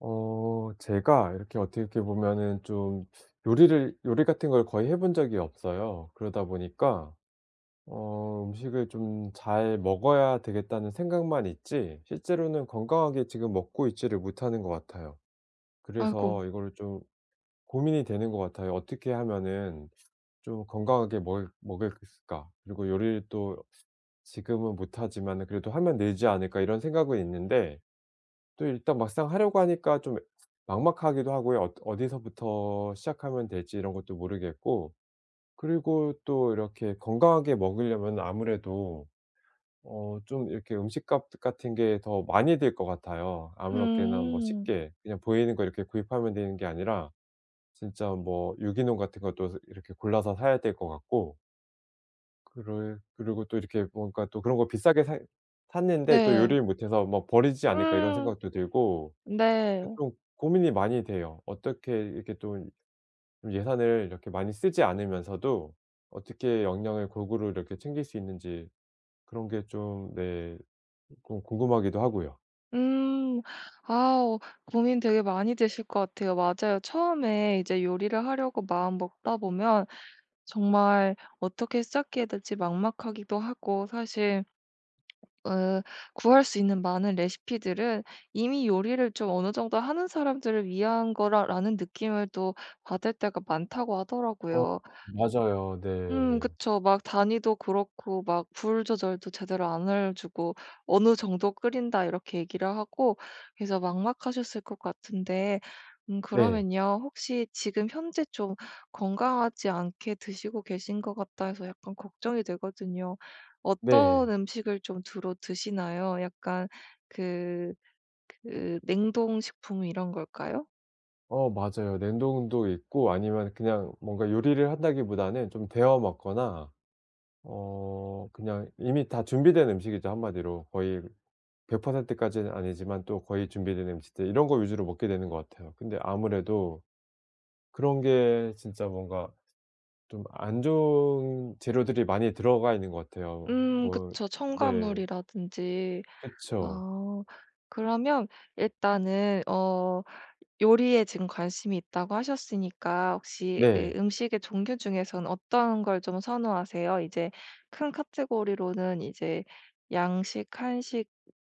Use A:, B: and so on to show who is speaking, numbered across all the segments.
A: 제가 이렇게 어떻게 보면은 좀 요리 같은 걸 거의 해본 적이 없어요. 그러다 보니까 음식을 좀 '잘 먹어야 되겠다.'는 생각만 있지 실제로는 건강하게 지금 먹고 있지를 못하는 것 같아요.
B: 아이고.
A: 그래서 이거를 좀 고민이 되는 것 같아요. '어떻게 하면은 좀 건강하게 먹을 수 있을까? 그리고 요리를 또 지금은 못하지만 그래도 하면 늘지 않을까?' 이런 생각은 있는데 또 일단 막상 하려고 하니까 좀 막막하기도 하고요. 어디서부터 시작하면 될지 이런 것도 모르겠고 그리고 또 이렇게 건강하게 먹으려면 아무래도 좀 이렇게 음식값 같은 게 더 많이 들 것 같아요. 아무렇게나 뭐
B: 음.
A: 쉽게 그냥 보이는 거 이렇게 구입하면 되는 게 아니라 진짜 뭐 유기농 같은 것도 스 이렇게 골라서 사야 될 것 같고 그럴 그리고 또 이렇게 뭔가 또 그런 거 비싸게 사 샀는데 또
B: 네.
A: 요리를 못해서 뭐 '버리지 않을까.' 이런
B: 음.
A: 생각도 들고
B: 네.
A: 좀 고민이 많이 돼요. 어떻게 이렇게 좀 예산을 이렇게 많이 쓰지 않으면서도 어떻게 영양을 골고루 이렇게 챙길 수 있는지 그런 게 좀 네, 좀 궁금하기도 하고요.
B: 음. 아우, 고민 되게 많이 되실 것 같아요. 맞아요. 처음에 이제 요리를 하려고 마음 먹다 보면 정말 어떻게 시작해야 될지 막막하기도 하고, 사실 으 구할 수 있는 많은 레시피들은 이미 요리를 좀 어느 정도 하는 사람들을 위한 거라 라는 느낌을 또 받을 때가 많다고
A: 어
B: 하더라고요.
A: 맞아요.
B: 음,
A: 네.
B: 그쵸. 막 단위도 그렇고 막 불 조절도 제대로 안 알려주고 "어느 정도 끓인다." 이렇게 얘기를 하고. 그래서 막막하셨을 것 같은데. 음,
A: 네.
B: 그러면요. 혹시 지금 현재 좀 건강하지 않게 드시고 계신 것 같다 해서 약간 걱정이 되거든요. 어떤
A: 네.
B: 음식을 좀 주로 드시나요? 약간 그 그 냉동식품 이런 걸까요?
A: 어 맞아요. 냉동도 있고 아니면 그냥 뭔가 요리를 한다기보다는 좀 데워 먹거나 그냥 이미 다 준비된 음식이죠 한마디로. 거의 100% 까지는 아니지만 또 거의 준비된 음식들 이런 거 위주로 먹게 되는 것 같아요. 근데 아무래도 그런 게 진짜 뭔가 좀 안 좋은 재료들이 많이 들어가 있는 것 같아요.
B: 음,
A: 뭐
B: 그쵸.
A: 네.
B: 첨가물이라든지.
A: 그쵸.
B: 아. 그러면 일단은, 어, 요리에 지금 관심이 있다고 하셨으니까 혹시 이
A: 네.
B: 음식의 종류 중에서는 어떤 걸 좀 선호하세요? 이제 큰 카테고리로는 이제 양식, 한식,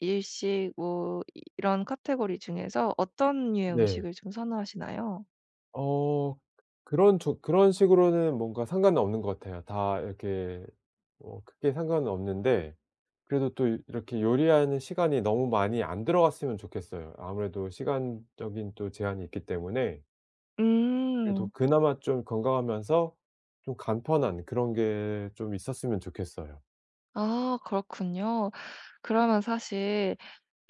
B: 일식 뭐 이 이런 카테고리 중에서 어떤 류의
A: 네.
B: 음식을 좀 선호하시나요?
A: 어 그런 식으로는 뭔가 상관은 없는 것 같아요. 다 이렇게 어 크게 상관은 없는데 그래도 또 이렇게 요리하는 시간이 너무 많이 안 들어갔으면 좋겠어요. 아무래도 시간적인 또 제한이 있기 때문에 그래도
B: 음.
A: 그나마 좀 건강하면서 좀 간편한 그런 게 좀 있었으면 좋겠어요.
B: 아, 그렇군요. 그러면 사실,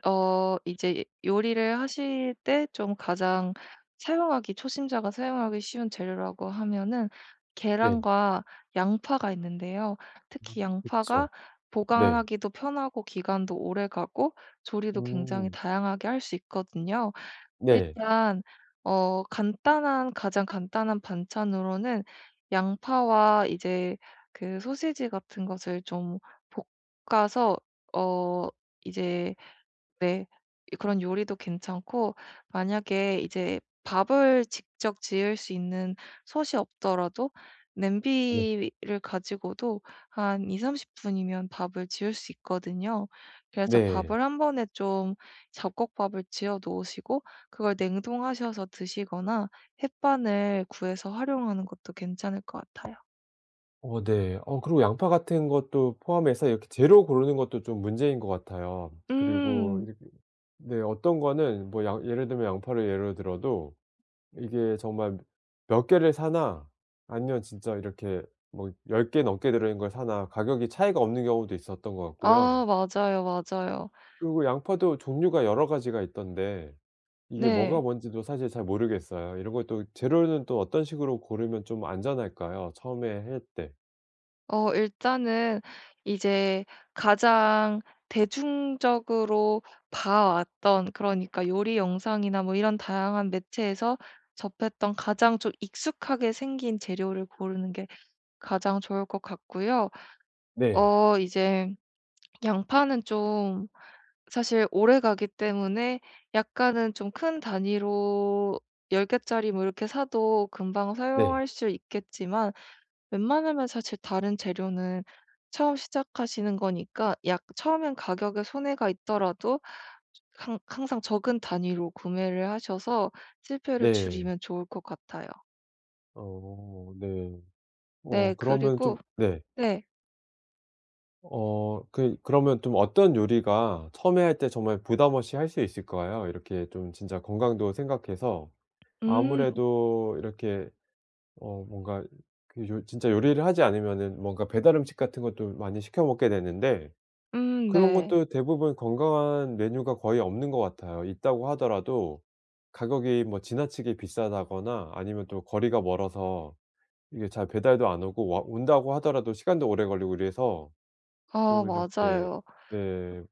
B: 어, 이제 요리를 하실 때 좀 가장 사용하기 초심자가 사용하기 쉬운 재료라고 하면은
A: 네.
B: 계란과 양파가 있는데요. 특히 양파가
A: 그쵸. 네.
B: 보관하기도 편하고 기간도 오래가고 조리도 굉장히
A: 음.
B: 다양하게 할 수 있거든요.
A: 네.
B: 일단 어, 간단한 가장 간단한 반찬으로는 양파와 이제 그 소시지 같은 것을 좀 볶아서, 어, 이제, 네, 이 그런 요리도 괜찮고. 만약에 이제 밥을 직접 지을 수 있는 솥이 없더라도
A: 네.
B: 냄비를 가지고도 한2삼3 0 분이면 밥을 지을 수 있거든요. 그래서
A: 네.
B: 밥을 한 번에 좀 잡곡밥을 지어 놓으시고 그걸 냉동하셔서 드시거나 햇반을 구해서 활용하는 것도 괜찮을 것 같아요.
A: 어 네. 어 그리고 양파 같은 것도 포함해서 이렇게 재료 고르는 것도 좀 문제인 것 같아요. 그리고
B: 음.
A: 이렇게 네, 어떤 거는 뭐 양 예를 들면 양파를 예로 들어도 이게 정말 몇 개를 사나 아니면 진짜 이렇게 뭐 10개 넘게 들어있는 걸 사나 가격이 차이가 없는 경우도 있었던 것 같고요.
B: 아 맞아요, 맞아요.
A: 그리고 양파도 종류가 여러 가지가 있던데 이게 뭐가
B: 네.
A: 뭔지도 사실 잘 모르겠어요. 이런 것도 재료는 또 어떤 식으로 고르면 좀 안전할까요? 처음에 할 때.
B: 어, 일단은 이제 가장 대중적으로 봐왔던, 그러니까 요리 영상이나 뭐 이런 다양한 매체에서 접했던 가장 좀 익숙하게 생긴 재료를 고르는 게 가장 좋을 것 같고요.
A: 네.
B: 어, 이제 양파는 좀 사실 오래가기 때문에 약간은 좀 큰 단위로 10 개짜리 뭐 이렇게 사도 금방
A: 네.
B: 사용할 수 있겠지만, 웬만하면 사실 다른 재료는 처음 시작하시는 거니까 약 처음엔 가격에 손해가 있더라도 항 항상 적은 단위로 구매를 하셔서 실패를
A: 네.
B: 줄이면 좋을 것 같아요.
A: 어 네.
B: 네.
A: 어
B: 그리고
A: 그러면 좀 네.
B: 네.
A: 그러면 좀 어떤 요리가 처음에 할 때 정말 부담 없이 할 수 있을까요? 이렇게 좀 진짜 건강도 생각해서
B: 음.
A: 아무래도 이렇게 어 뭔가 그 요 진짜 요리를 하지 않으면은 뭔가 배달 음식 같은 것도 많이 시켜 먹게 되는데
B: 음,
A: 그런
B: 네.
A: 것도 대부분 건강한 메뉴가 거의 없는 것 같아요. 있다고 하더라도 가격이 뭐 지나치게 비싸다거나 아니면 또 거리가 멀어서 이게 잘 배달도 안 오고 와 온다고 하더라도 시간도 오래 걸리고 이래서
B: 아,
A: 좀 이렇게
B: 맞아요.
A: 네.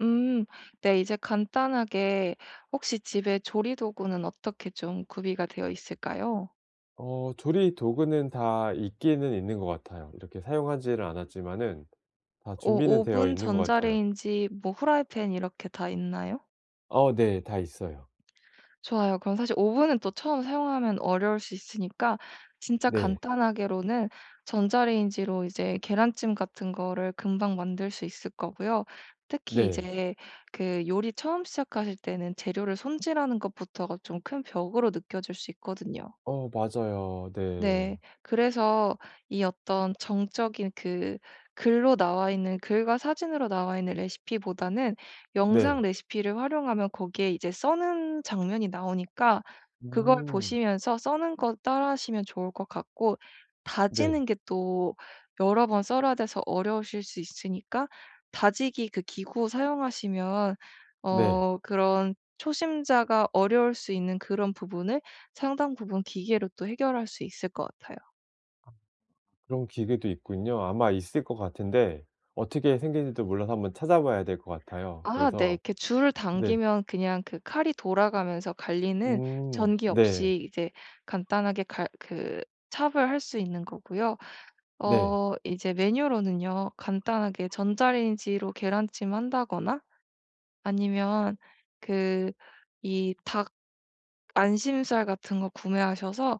B: 음. 네, 이제 간단하게 혹시 집에 조리 도구는 어떻게 좀 구비가 되어 있을까요?
A: 어 조리 도구는 다 있기는 있는 것 같아요. 이렇게 사용하지를 않았지만은 다
B: 오,
A: 준비는 되어
B: 오븐,
A: 있는 것 같아요.
B: 전자레인지, 뭐 후라이팬 이렇게 다 있나요?
A: 어 네. 다 있어요.
B: 좋아요. 그럼 사실 오븐은 또 처음 사용하면 어려울 수 있으니까 진짜
A: 네.
B: 간단하게로는 전자레인지로 이제 계란찜 같은 거를 금방 만들 수 있을 거고요. 특히
A: 네.
B: 이제 그 요리 처음 시작하실 때는 재료를 손질하는 것부터가 좀 큰 벽으로 느껴질 수 있거든요.
A: 어 맞아요. 네.
B: 네. 그래서 이 어떤 정적인 그 글로 나와 있는 글과 사진으로 나와 있는 레시피보다는
A: 네.
B: 영상 레시피를 활용하면 거기에 이제 써는 장면이 나오니까 그걸
A: 음.
B: 보시면서 써는 거 따라 하시면 좋을 것 같고.
A: 네.
B: 다지는 게 또 여러 번 썰어야 돼서 어려우실 수 있으니까 다지기 그 기구 사용하시면,
A: 네.
B: 어, 그런 초심자가 어려울 수 있는 그런 부분을 상당 부분 기계로 또 해결할 수 있을 것 같아요.
A: 그런 기계도 있군요. 아마 있을 것 같은데 어떻게 생긴지도 몰라서 한번 찾아봐야 될 것 같아요.
B: 아 네.
A: 그래서
B: 이렇게 줄을
A: 네.
B: 당기면 그냥 그 칼이 돌아가면서 갈리는,
A: 음.
B: 전기
A: 네.
B: 없이 이제 간단하게 갈 그 찹을 할 수 있는 거고요.
A: 네.
B: 어, 이제 메뉴로는요, 간단하게 전자레인지로 계란찜 한다거나 아니면 그 이 닭 안심살 같은 거 구매하셔서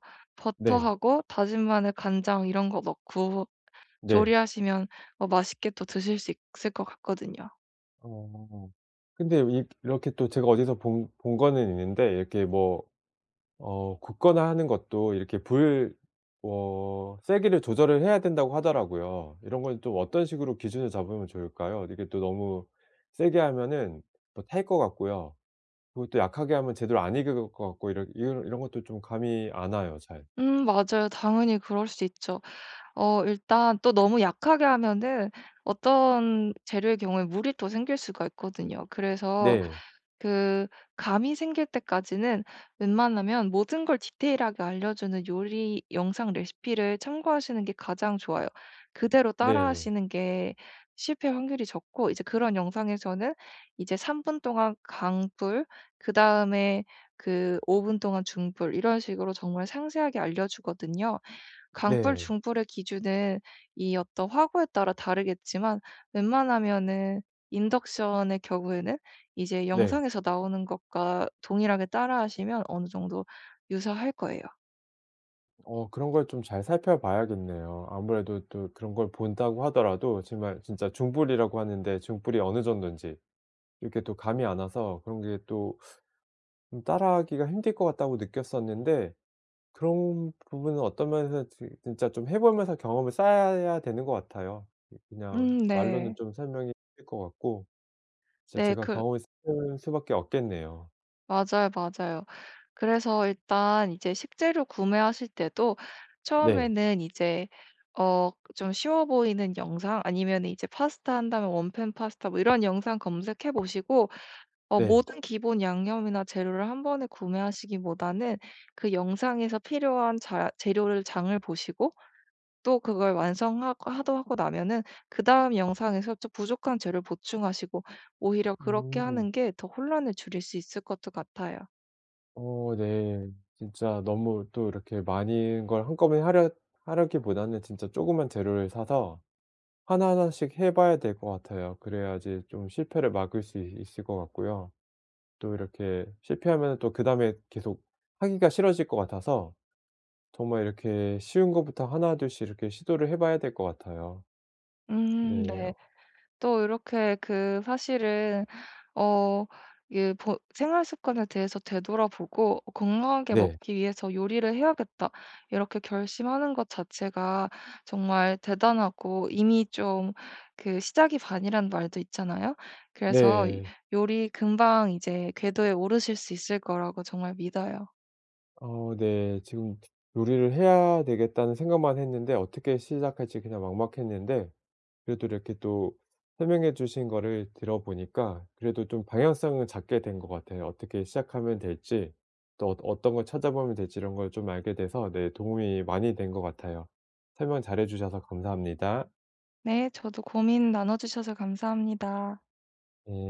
A: 네.
B: 버터하고 다진 마늘, 간장 이런 거 넣고
A: 네.
B: 조리하시면, 어, 맛있게 또 드실 수 있을 것 같거든요.
A: 어. 근데 이 이렇게 또 제가 어디서 본 거는 있는데 이렇게 뭐 어 굽거나 하는 것도 이렇게 불 어 세기를 조절을 해야 된다고 하더라고요. 이런 건 좀 어떤 식으로 기준을 잡으면 좋을까요? 이게 또 너무 세게 하면은 뭐 탈 것 같고요. 그것도 약하게 하면 제대로 안 익을 것 같고 이런 것도 좀 감이 안 와요 잘.
B: 음, 맞아요. 당연히 그럴 수 있죠. 어, 일단 또 너무 약하게 하면은 어떤 재료의 경우에 물이 또 생길 수가 있거든요. 그래서
A: 네.
B: 그 감이 생길 때까지는 웬만하면 모든 걸 디테일하게 알려주는 요리 영상 레시피를 참고하시는 게 가장 좋아요. 그대로
A: 네.
B: 따라하시는 게 실패 확률이 적고. 이제 그런 영상에서는 이제 3분 동안 강불, 그다음에 그 5분 동안 중불 이런 식으로 정말 상세하게 알려주거든요. 강불,
A: 네.
B: 중불의 기준은 이 어떤 화구에 따라 다르겠지만 웬만하면은 인덕션의 경우에는 이제
A: 네.
B: 영상에서 나오는 것과 동일하게 따라하시면 어느 정도 유사할 거예요.
A: 어 그런 걸 좀 잘 살펴봐야겠네요. 아무래도 또 그런 걸 본다고 하더라도 정말 진짜 중불이라고 하는데 중불이 어느 정도인지 이렇게 또 감이 안 와서 그런 게 또 좀 따라하기가 힘들 것 같다고 느꼈었는데 그런 부분은 어떤 면에서 지 진짜 좀 해 보면서 경험을 쌓아야 되는 것 같아요. 이 그냥
B: 음,
A: 말로는
B: 네.
A: 좀 설명이 힘들 것 같고 진짜
B: 네,
A: 제가
B: 그,
A: 경험했을 수밖에 없겠네요.
B: 맞아요, 맞아요. 그래서 일단 이제 식재료 구매하실 때도
A: 네.
B: 처음에는 이제, 어, 좀 쉬워 보이는 영상, 아니면은 이제 파스타 한다면 원팬 파스타 뭐 이런 영상 검색해 보시고, 어,
A: 네.
B: 모든 기본 양념이나 재료를 한 번에 구매하시기보다는 그 영상에서 필요한 자 재료를 장을 보시고 또 그걸 완성하고 하도 하고 나면은 그다음 영상에서 좀 부족한 재료를 보충하시고. 오히려 그렇게
A: 음.
B: 하는 게 더 혼란을 줄일 수 있을 것도 같아요.
A: 어 네. 진짜 너무 또 이렇게 많은 걸 한꺼번에 하려기보다는 진짜 조그만 재료를 사서 하나하나씩 해 봐야 될 것 같아요. 그래야지 좀 실패를 막을 수 있 있을 것 같고요. 또 이렇게 실패하면은 또 그다음에 계속 하기가 싫어질 것 같아서 정말 이렇게 쉬운 것부터 하나둘씩 이렇게 시도를 해 봐야 될 것 같아요.
B: 음,
A: 네.
B: 네.
A: 어
B: 또 이렇게 그 사실은, 어, 생활 습관에 대해서 되돌아보고 '건강하게
A: 네.
B: 먹기 위해서 요리를 해야겠다.' 이렇게 결심하는 것 자체가 정말 대단하고 이미 좀 그 시작이 반이라는 말도 있잖아요. 그래서 이
A: 네.
B: 요리 금방 이제 궤도에 오르실 수 있을 거라고 정말 믿어요.
A: 어 네. 지금 요리를 해야 되겠다는 생각만 했는데 어떻게 시작할지 그냥 막막했는데 그래도 이렇게 또 설명해 주신 거를 들어보니까 그래도 좀 방향성을 잡게 된 것 같아요. 어떻게 시작하면 될지 또 어떤 걸 찾아보면 될지 이런 걸 좀 알게 돼서 네, 도움이 많이 된 것 같아요. 설명 잘해 주셔서 감사합니다.
B: 네, 저도 고민 나눠 주셔서 감사합니다.
A: 예.